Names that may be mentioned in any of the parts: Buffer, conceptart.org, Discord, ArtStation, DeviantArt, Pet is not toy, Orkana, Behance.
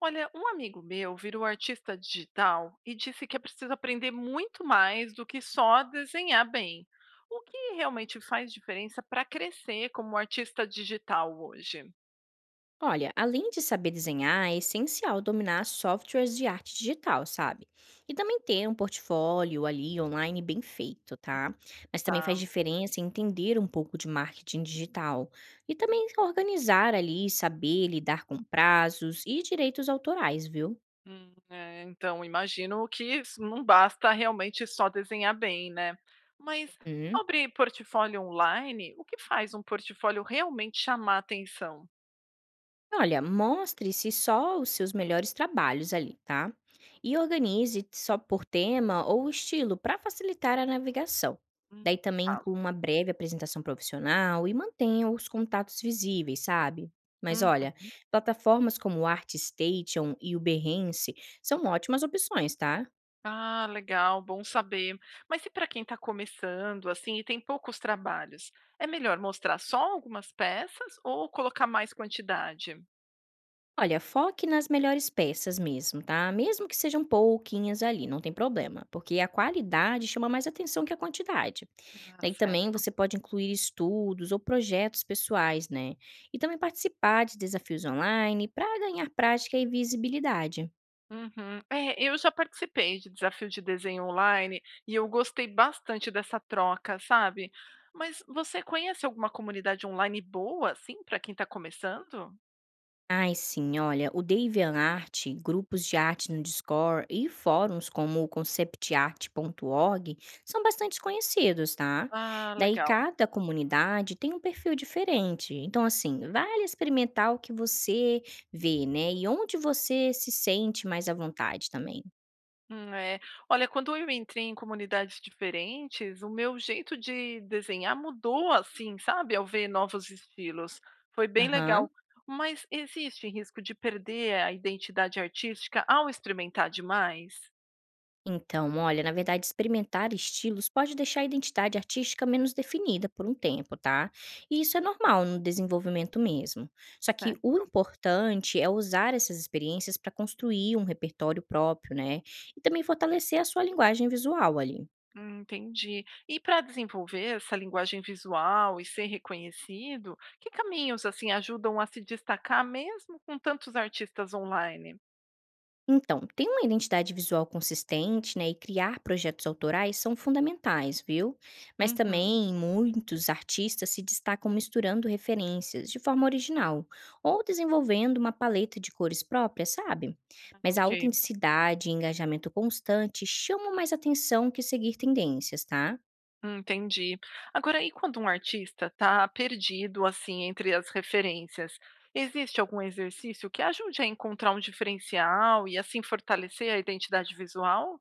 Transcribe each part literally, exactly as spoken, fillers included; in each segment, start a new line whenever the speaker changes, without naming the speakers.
Olha, um amigo meu virou artista digital e disse que é preciso aprender muito mais do que só desenhar bem. O que realmente faz diferença para crescer como artista digital hoje?
Olha, além de saber desenhar, é essencial dominar softwares de arte digital, sabe? E também ter um portfólio ali online bem feito, tá? Mas também faz
Tá.
diferença entender um pouco de marketing digital e também organizar ali, saber lidar com prazos e direitos autorais, viu?
Hum, é, então, imagino que isso não basta realmente só desenhar bem, né? Mas
Uhum.
sobre portfólio online, o que faz um portfólio realmente chamar atenção?
Olha, mostre-se só os seus melhores trabalhos ali, tá? E organize só por tema ou estilo para facilitar a navegação.
Hum,
Daí também
tá.
inclua uma breve apresentação profissional e mantenha os contatos visíveis, sabe? Mas
Hum.
olha, plataformas como o ArtStation e o Behance são ótimas opções, tá?
Ah, legal, bom saber. Mas e para quem está começando, assim, e tem poucos trabalhos, é melhor mostrar só algumas peças ou colocar mais quantidade?
Olha, foque nas melhores peças mesmo, tá? Mesmo que sejam pouquinhas ali, não tem problema, porque a qualidade chama mais atenção que a quantidade.
Ah,
Daí também
certo.
você pode incluir estudos ou projetos pessoais, né? E também participar de desafios online para ganhar prática e visibilidade.
Uhum. É, eu já participei de desafio de desenho online e eu gostei bastante dessa troca, sabe? Mas você conhece alguma comunidade online boa, assim, para quem está começando?
Ai, sim, olha, o DeviantArt, grupos de arte no Discord e fóruns como o conceptart ponto org são bastante conhecidos, tá?
Ah,
Daí
legal.
cada comunidade tem um perfil diferente. Então, assim, vale experimentar o que você vê, né? E onde você se sente mais à vontade também.
Hum, é. Olha, quando eu entrei em comunidades diferentes, o meu jeito de desenhar mudou assim, sabe? Ao ver novos estilos. Foi bem legal.
Aham.
Mas existe risco de perder a identidade artística ao experimentar demais?
Então, olha, na verdade, experimentar estilos pode deixar a identidade artística menos definida por um tempo, tá? E isso é normal no desenvolvimento mesmo. Só que o
Certo.
importante é usar essas experiências para construir um repertório próprio, né? E também fortalecer a sua linguagem visual ali.
Hum, Entendi. E para desenvolver essa linguagem visual e ser reconhecido, que caminhos assim ajudam a se destacar mesmo com tantos artistas online?
Então, ter uma identidade visual consistente, né, e criar projetos autorais são fundamentais, viu? Mas
Uhum,
também muitos artistas se destacam misturando referências de forma original ou desenvolvendo uma paleta de cores próprias, sabe? Mas a
ok.
autenticidade e engajamento constante chamam mais atenção que seguir tendências, tá?
Hum, entendi. Agora, e quando um artista está perdido, assim, entre as referências, existe algum exercício que ajude a encontrar um diferencial e, assim, fortalecer a identidade visual?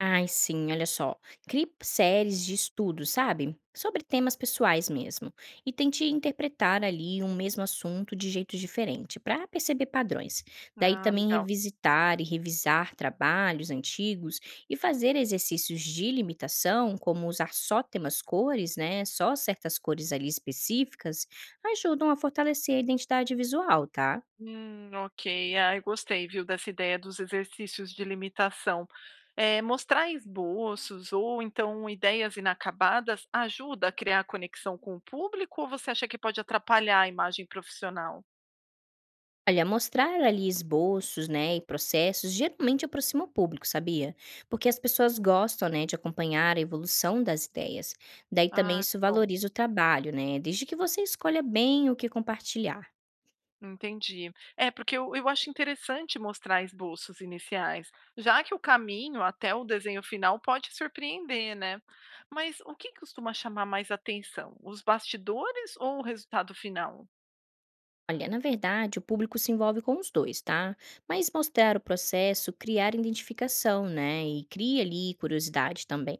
Ai, sim, olha só. Crie séries de estudos, sabe? Sobre temas pessoais mesmo. E tente interpretar ali um mesmo assunto de jeito diferente, para perceber padrões. Daí
Ah,
também
legal.
revisitar e revisar trabalhos antigos e fazer exercícios de limitação, como usar só temas cores, né? Só certas cores ali específicas, ajudam a fortalecer a identidade visual, tá?
Hum, ok. Ah, eu gostei, viu, dessa ideia dos exercícios de limitação. É, mostrar esboços ou então ideias inacabadas ajuda a criar conexão com o público ou você acha que pode atrapalhar a imagem profissional?
Olha, mostrar ali esboços, né, e processos geralmente aproxima o público, sabia? Porque as pessoas gostam, né, de acompanhar a evolução das ideias. Daí também
Ah,
isso
que bom.
valoriza o trabalho, né, desde que você escolha bem o que compartilhar.
Entendi. É, porque eu eu acho interessante mostrar esboços iniciais, já que o caminho até o desenho final pode surpreender, né? Mas o que costuma chamar mais atenção? Os bastidores ou o resultado final?
Olha, na verdade, o público se envolve com os dois, tá? Mas mostrar o processo, criar identificação, né? E cria ali curiosidade também.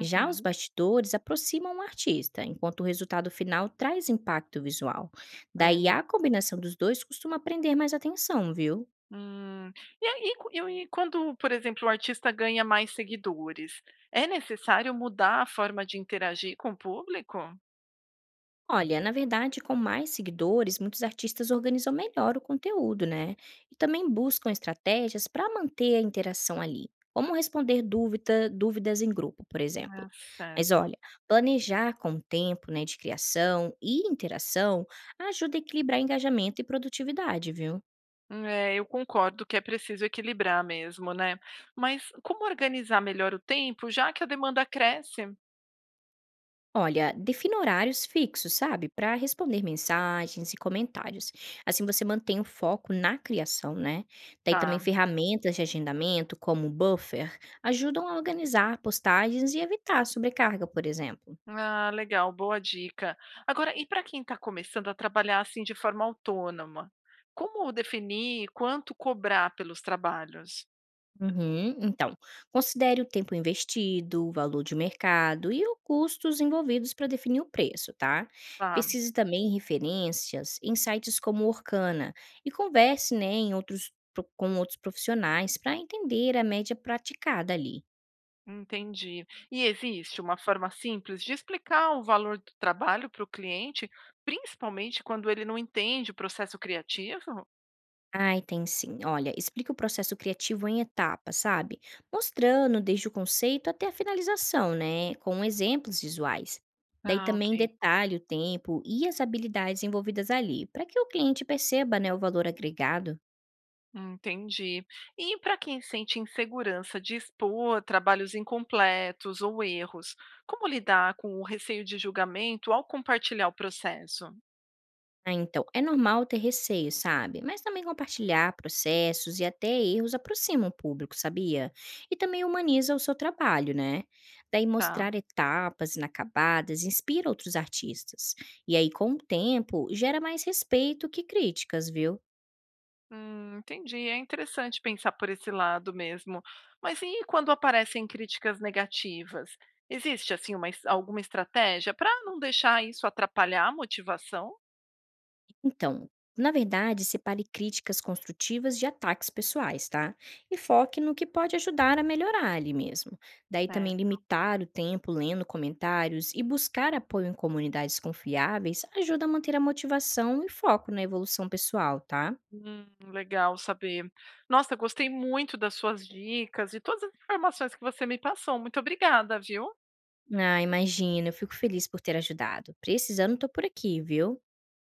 Já os bastidores aproximam o artista, enquanto o resultado final traz impacto visual.
é
Daí a
mesmo.
combinação dos dois costuma prender mais atenção, viu?
Hum, e aí, co- e o- quando, por exemplo, o artista ganha mais seguidores, é necessário mudar a forma de interagir com o público?
Olha, na verdade, com mais seguidores, muitos artistas organizam melhor o conteúdo, né? E também buscam estratégias para manter a interação ali, como responder dúvida, dúvidas em grupo, por
Ah,
exemplo. Mas
certo.
olha, planejar com o tempo, né, de criação e interação ajuda a equilibrar engajamento e produtividade, viu?
É, eu concordo que é preciso equilibrar mesmo, né? Mas como organizar melhor o tempo, já que a demanda cresce?
Olha, defina horários fixos, sabe? Para responder mensagens e comentários. Assim você mantém o foco na criação, né? Daí também
Tá.
ferramentas de agendamento, como o Buffer, ajudam a organizar postagens e evitar sobrecarga, por exemplo.
Ah, legal, boa dica. Agora, e para quem está começando a trabalhar assim de forma autônoma, como definir quanto cobrar pelos trabalhos?
Uhum. Então, considere o tempo investido, o valor de mercado e os custos envolvidos para definir o preço, tá?
Tá,
Pesquise também referências em sites como o Orkana e converse né, em outros, pro- com outros profissionais para entender a média praticada ali.
entendi. E existe uma forma simples de explicar o valor do trabalho para o cliente, principalmente quando ele não entende o processo criativo?
Ai, tem sim. Olha, explica o processo criativo em etapas, sabe? Mostrando desde o conceito até a finalização, né? Com exemplos visuais. Daí
Ah,
também
ok.
detalhe o tempo e as habilidades envolvidas ali, para que o cliente perceba, né, o valor agregado.
Entendi. E para quem sente insegurança de expor trabalhos incompletos ou erros, como lidar com o receio de julgamento ao compartilhar o processo?
Ah, então, é normal ter receio, sabe? Mas também compartilhar processos e até erros aproxima o público, sabia? E também humaniza o seu trabalho, né? Daí
Tá.
mostrar etapas inacabadas inspira outros artistas. E aí, com o tempo, gera mais respeito que críticas, viu?
Hum, entendi. É interessante pensar por esse lado mesmo. Mas e quando aparecem críticas negativas? Existe assim uma, es- alguma estratégia para não deixar isso atrapalhar a motivação?
Então, na verdade, separe críticas construtivas de ataques pessoais, tá? E foque no que pode ajudar a melhorar ali mesmo. Daí
É.
também limitar o tempo lendo comentários e buscar apoio em comunidades confiáveis ajuda a manter a motivação e foco na evolução pessoal, tá?
Hum, legal saber. Nossa, gostei muito das suas dicas e todas as informações que você me passou. Muito obrigada, viu?
Ah, imagina, eu fico feliz por ter ajudado. Precisando, tô por aqui, viu?